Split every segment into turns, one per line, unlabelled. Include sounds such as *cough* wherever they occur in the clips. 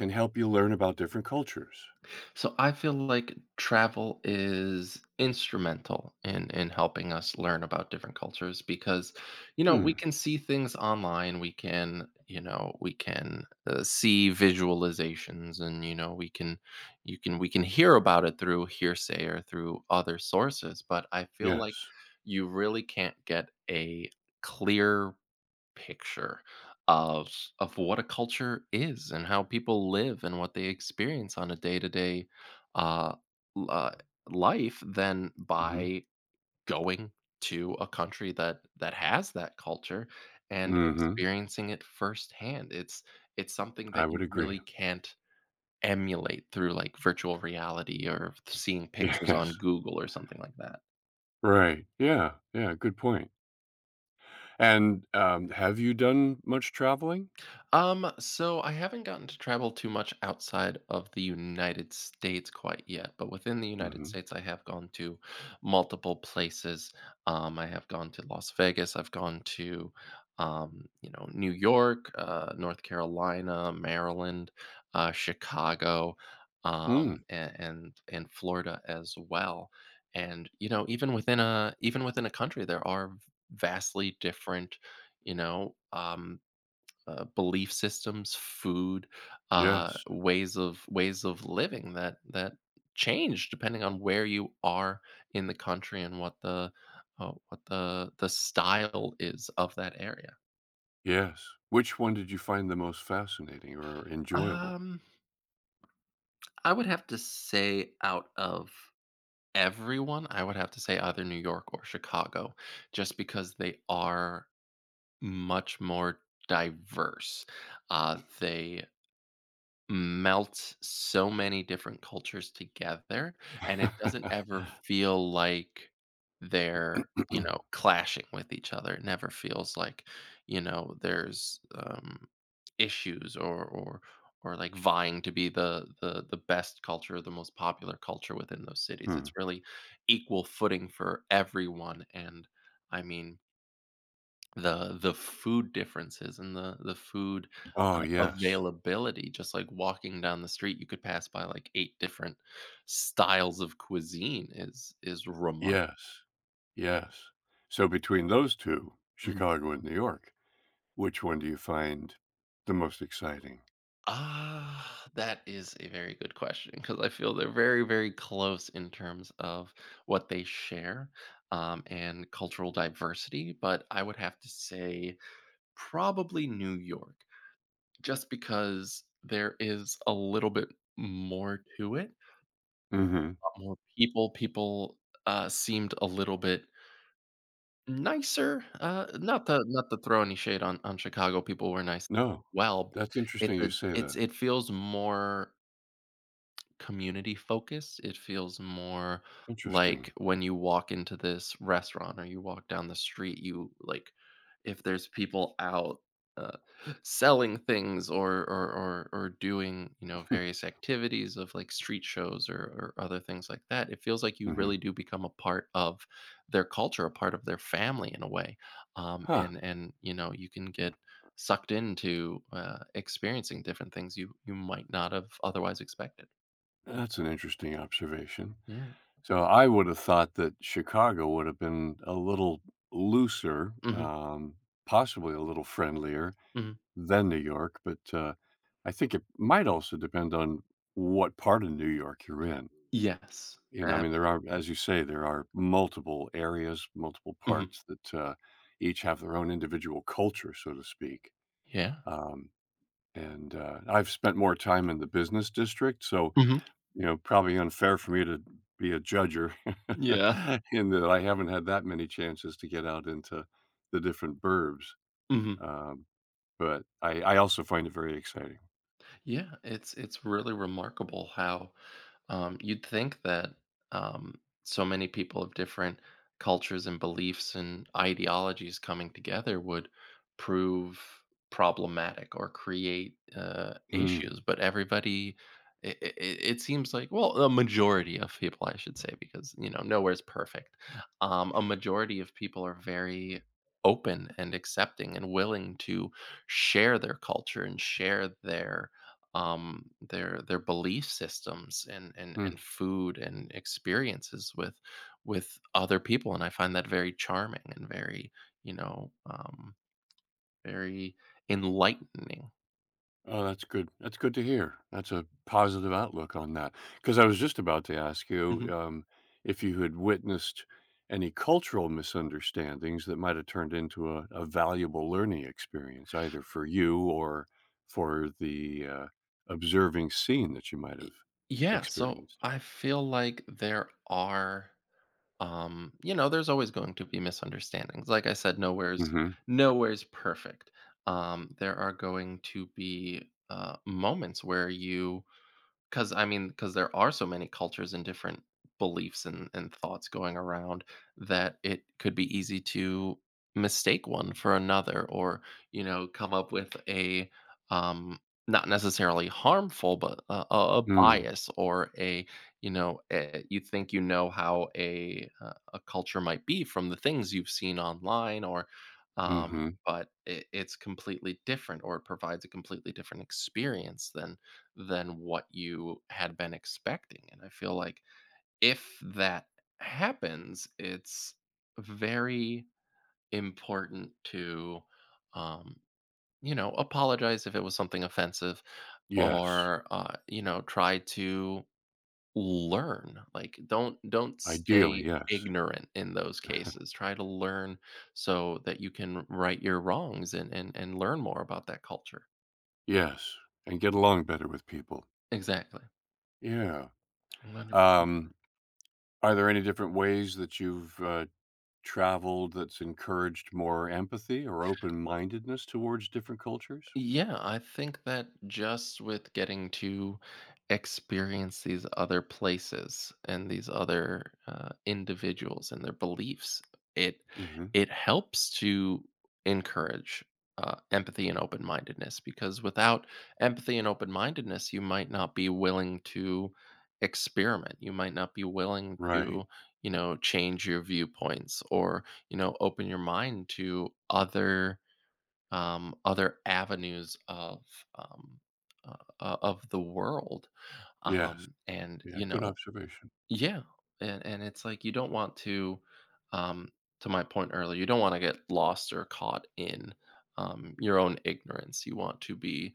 And help you learn about different cultures.
So I feel like travel is instrumental in helping us learn about different cultures because you know we
Hmm,
can see things online, we can, you know, we can see visualizations, and you know we can you can we can hear about it through hearsay or through other sources, but I feel like
yes.
you really can't get a clear picture of of what a culture is and how people live and what they experience on a day-to-day uh, l- uh, life than
Mhm,
by going to a country that has that culture and
mhm,
experiencing it firsthand. It's something
I
that
would
you
agree.
really can't emulate through like virtual reality or seeing
*laughs*
pictures
Yes,
on Google or something like that.
right, yeah, good point. And, have you done much traveling?
So I haven't gotten to travel too much outside of the United States quite yet, but within the United
Mhm,
States, I have gone to multiple places. I have gone to Las Vegas, I've gone to, you know, New York, North Carolina, Maryland, Chicago,
hmm,
and Florida as well. And you know, even within a country, there are vastly different, you know, belief systems, food,
yes,
ways of living that change depending on where you are in the country and what the style is of that area.
yes. Which one did you find the most fascinating or enjoyable?
Um, I would have to say out of everyone, I would have to say either New York or Chicago, just because they are much more diverse. They melts so many different cultures together, and it doesn't
*clears throat*
ever feel like they're, you know,
*laughs*
clashing with each other. It never feels like, you know, there's issues or or like vying to be the the best culture or the most popular culture within those cities.
Hmm.
It's really equal footing for everyone, and I mean the food differences and the food,
Oh, yes,
availability. Just, like, walking down the street, you could pass by, like, 8 different styles of cuisine is remarkable.
yes, yes. So between those 2,
Mhm.
Chicago and New York, which one do you find the most exciting?
Ah, that is a very good question because I feel they're very, very close in terms of what they share, and cultural diversity, but I would have to say probably New York, just because there is a little bit more to it.
Mhm.
More people. People seemed a little bit nicer. Not to throw any shade on Chicago, people were nice.
No.
Well,
That's
it's
interesting
a
you say that.
it feels more community focused. It feels more
Interesting.
like when you walk into this restaurant or you walk down the street, you like if there's people out uh, *gasps* selling things, or, or doing, you know,
*laughs*
various activities of like street shows, or other things like that. It feels like you
Mhm.
really do become a part of their culture, a part of their family in a way,
Huh,
and you know you can get sucked into, experiencing different things you might not have otherwise expected.
that's an interesting observation.
Yeah.
So I would have thought that Chicago would have been a little looser,
Mhm,
possibly a little friendlier
mhm.
than New York, but, I think it might also depend on what part of New York you're in.
Yes,
You know, I mean, there are
absolutely.
as you say, there are multiple areas, multiple
Mhm.
parts that, each have their own individual culture, so to speak.
Yeah.
Um. And, I've spent more time in the business district, so,
Mhm.
you know, probably unfair for me to be a judger
Yeah.
*laughs* in that I haven't had that many chances to get out into the different burbs,
Mhm.
um, but I also find it very exciting.
Yeah, it's really remarkable how you'd think that um, so many people of different cultures and beliefs and ideologies coming together would prove problematic or create
Mm.
issues, but everybody. It seems like, well, a majority of people I should say, because you know nowhere's perfect, a majority of people are very open and accepting and willing to share their culture and share their belief systems and
Hmm.
food and experiences with other people, and I find that very charming and very, you know, very enlightening.
Oh, that's good. That's good to hear. That's a positive outlook on that. Because I was just about to ask you
Mhm.
if you had witnessed any cultural misunderstandings that might have turned into a valuable learning experience, either for you or for the observing scene that you might
Y-
have
Yeah, so
experienced.
I feel like there are, you know, there's always going to be misunderstandings. Like I said,
Mm-hmm.
nowhere's perfect. There are going to be moments where you, because I mean, because there are so many cultures and different beliefs and, thoughts going around that it could be easy to mistake one for another, or, you know, come up with a, um, not necessarily harmful, but a, a
Mm,
bias or a, you know, a, you think you know how a culture might be from the things you've seen online or, um,
mm-hmm.
but it, it's completely different, or it provides a completely different experience than what you had been expecting. And I feel like if that happens, it's very important to, um, you know, apologize if it was something offensive,
Yes.
or, you know, try to learn. Like, don't
Ideally,
stay
yes.
ignorant in those cases.
*laughs*
Try to learn so that you can right your wrongs and and learn more about that culture.
Yes. And get along better with people.
Exactly.
Yeah.
100%.
Um, are there any different ways that you've, traveled that's encouraged more empathy or open-mindedness towards different cultures?
Yeah, I think that just with getting to experience these other places and these other, individuals and their beliefs, it
Mhm.
it helps to encourage empathy and open mindedness. Because without empathy and open mindedness, you might not be willing to experiment. You might not be willing
Right.
to, you know, change your viewpoints, or, you know, open your mind to other other avenues um, of the world.
Yes.
And
Yeah,
you
good
know,
observation.
yeah, and it's like you don't want um, to my point earlier, you don't want to get lost or caught in, your own ignorance. You want to be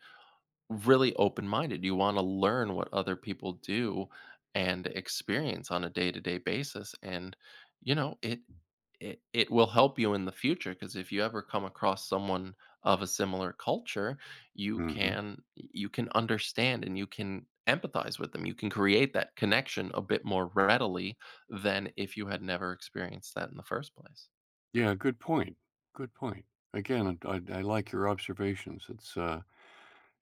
really open-minded. You wanna learn what other people do and experience on a day-to-day basis, and, you know, it it will help you in the future, because if you ever come across someone of a similar culture, you
Mhm.
can understand, and you can empathize with them. You can create that connection a bit more readily than if you had never experienced that in the first place.
Yeah, good point. Good point. Again, I like your observations.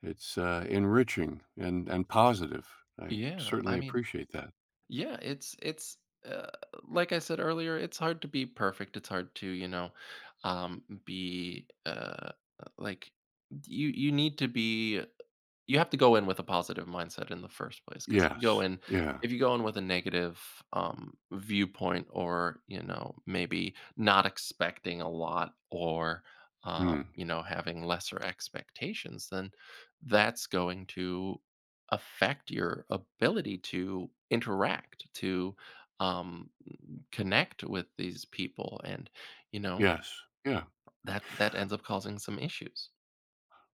It's, enriching and positive. I
Yeah, I
certainly
mean,
appreciate that.
yeah, it's uh, like I said earlier, it's hard to be perfect. It's hard to, you know, be like you need to be, you have to go in with a positive mindset in the first place, 'cause if you go
Yes.
in
Yeah.
with a negative, viewpoint, or, you know, maybe not expecting a lot, or,
Mm.
you know, having lesser expectations, then that's going to affect your ability to interact, to, um, connect with these people, and, you know,
Yes. Yeah.
that ends up causing some issues.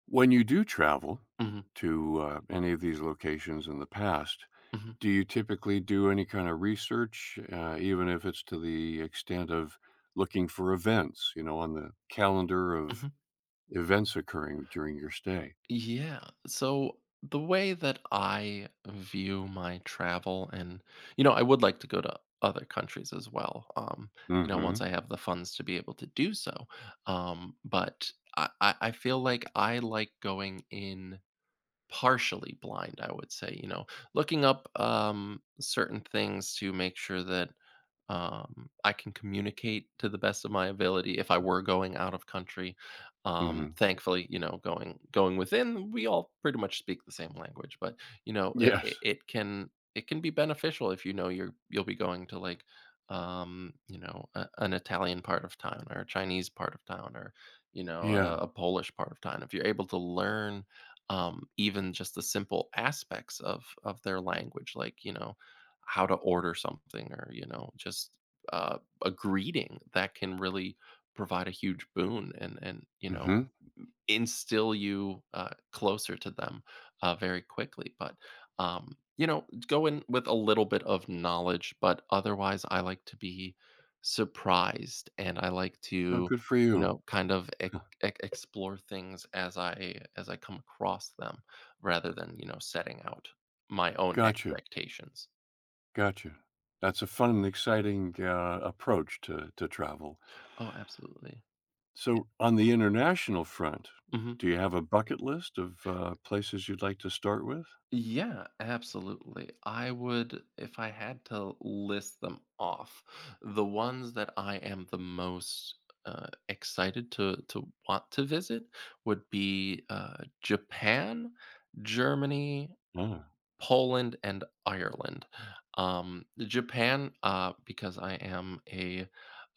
When you do travel
Mhm,
to, any of these locations in the past,
mhm,
do you typically do any kind of research, even if it's to the extent of looking for events, you know, on the calendar of
mhm.
events occurring during your stay?
Yeah. So the way that I view my travel and, you know, I would like to go to other countries as well. You know, once
Mhm,
I have the funds to be able to do so. But I feel like I like going in partially blind, I would say, you know, looking up, certain things to make sure that, I can communicate to the best of my ability if I were going out of country.
mhm.
Thankfully, you know, going within, we all pretty much speak the same language. But you know, it,
Yes.
it can be beneficial if you know you're you'll be going to like, you know, a, an Italian part of town, or a Chinese part of town, or you know
Yeah.
a Polish part of town. If you're able to learn, even just the simple aspects of their language, like you know how to order something, or, you know, just uh, a greeting, that can really provide a huge boon, and you know,
Mhm.
instill you closer to them very quickly. But, you know, go in with a little bit of knowledge, but otherwise, I like to be surprised, and I like
Oh,
to,
good for
you
you.
know, kind of
Huh,
explore things as I come across them, rather than, you know, setting out my own
gotcha,
expectations.
gotcha. That's a fun and exciting, approach to travel.
Oh, absolutely.
So, on the international front,
Yeah. Mhm.
do you have a bucket list of, places you'd like to start with?
Yeah, absolutely. I would, if I had to list them off, the ones that I am the most excited to want to visit would be Japan, Germany,
Oh.
Poland, and Ireland. Japan, because I am a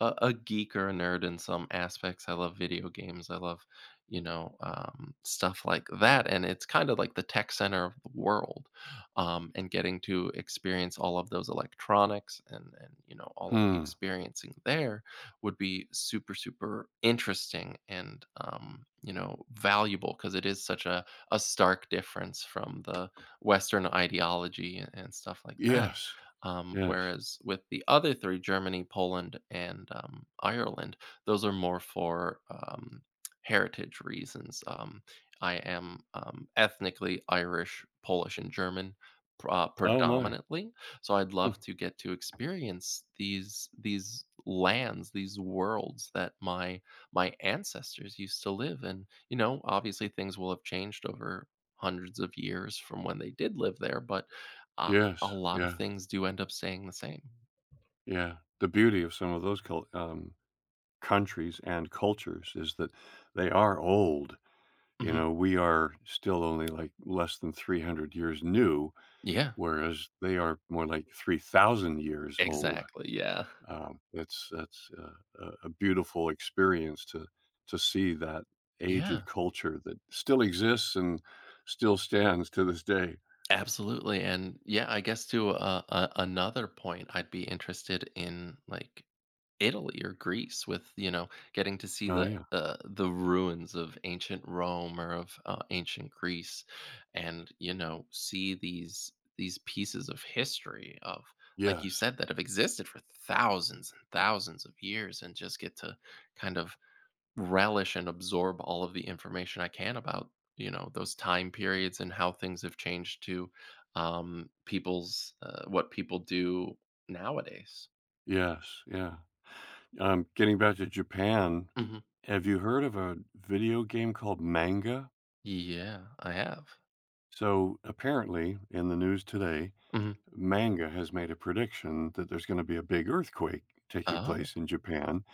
a geek or a nerd in some aspects. I love video games. I love, you know, stuff like that. And it's kind of like the tech center of the world. And getting to experience all of those electronics, and, you know, all of the
Hmm.
experiencing there would be super, super interesting, and, you know, valuable, because it is such a stark difference from the Western ideology, and stuff like that.
Yes, yes.
Whereas with the other three, Germany, Poland, and Ireland, those are more for, heritage reasons. I am ethnically Irish, Polish, and German,
Oh my.
predominantly, so I'd
Hmm,
love to get to experience these lands, these worlds that my ancestors used to live in. You know, obviously things will have changed over hundreds of years from when they did live there, but a
yes,
lot of things do end up staying the same.
yeah. The beauty of some of those cul countries and cultures is that they are old, you
Mhm.
know, we are still only, like, less than 300 years new,
Yeah,
whereas they are more like 3,000 years old.
exactly, yeah.
It's that's a beautiful experience to see that
Yeah.
aged culture that still exists and still stands to this day.
Absolutely, and yeah, I guess to a another point, I'd be interested in like Italy or Greece, with, you know, getting to see
Oh,
the
yeah.
the ruins of ancient Rome, or of, ancient Greece, and you know see these pieces of history of, like you
Yes,
said, that have existed for thousands and thousands of years, and just get to kind of relish and absorb all of the information I can about, you know, those time periods and how things have changed to, people's, what people do nowadays.
yes, yeah. Getting back to Japan,
Mhm.
have you heard of a video game called Manga?
Yeah, I have.
So apparently, in the news today,
Mhm.
Manga has made a prediction that there's going to be a big earthquake taking
Oh,
place in Japan,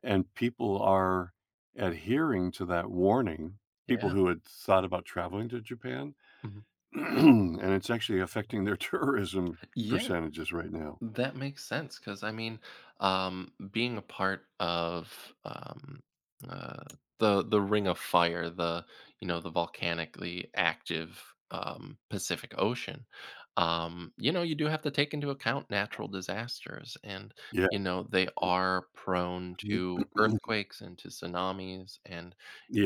and people are adhering to that warning. People
yeah.
who had thought about traveling to Japan,
Mhm.
*clears throat* and it's actually affecting their *laughs* tourism
Yeah.
percentages right now.
That makes sense, because I mean, being a part of, uh, the Ring of Fire, the, you know, the volcanically active, Pacific Ocean, you know, you do have to take into account natural disasters, and
Yeah.
you know they are prone to
*clears throat*
earthquakes and to tsunamis and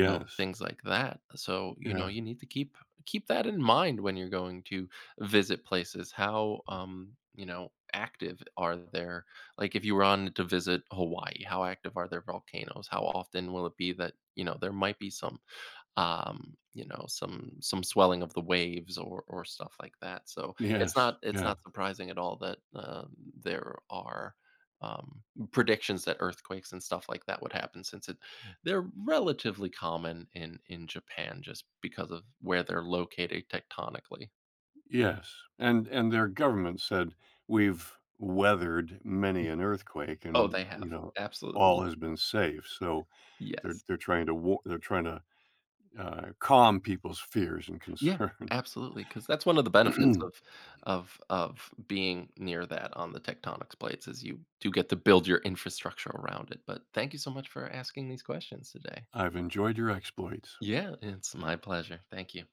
you know things like that. So you know
Yeah.
you need to keep that in mind when you're going to visit places. How, you know, active are there? Like, if you were on to visit Hawaii, how active are their volcanoes? How often will it be that you know there might be some, you know, some swelling of the waves, or stuff like that? So it's
Yes.
not
Yeah.
surprising at all that there are. Um, predictions that earthquakes and stuff like that would happen, since it they're relatively common in Japan, just because of where they're located tectonically.
Yes, and their government said, "We've weathered many an earthquake
Oh,
and,
they
you
have.
know,
Absolutely.
all has been safe." So,
Yes.
they're trying to wa they're trying to, calm people's fears and *laughs*
Yeah,
concerns.
absolutely. Because that's one of the benefits of
*clears throat*
of being near that on the tectonics plates, is you do get to build your infrastructure around it. But thank you so much for asking these questions today.
I've enjoyed your exploits.
Yeah, it's my pleasure. Thank you.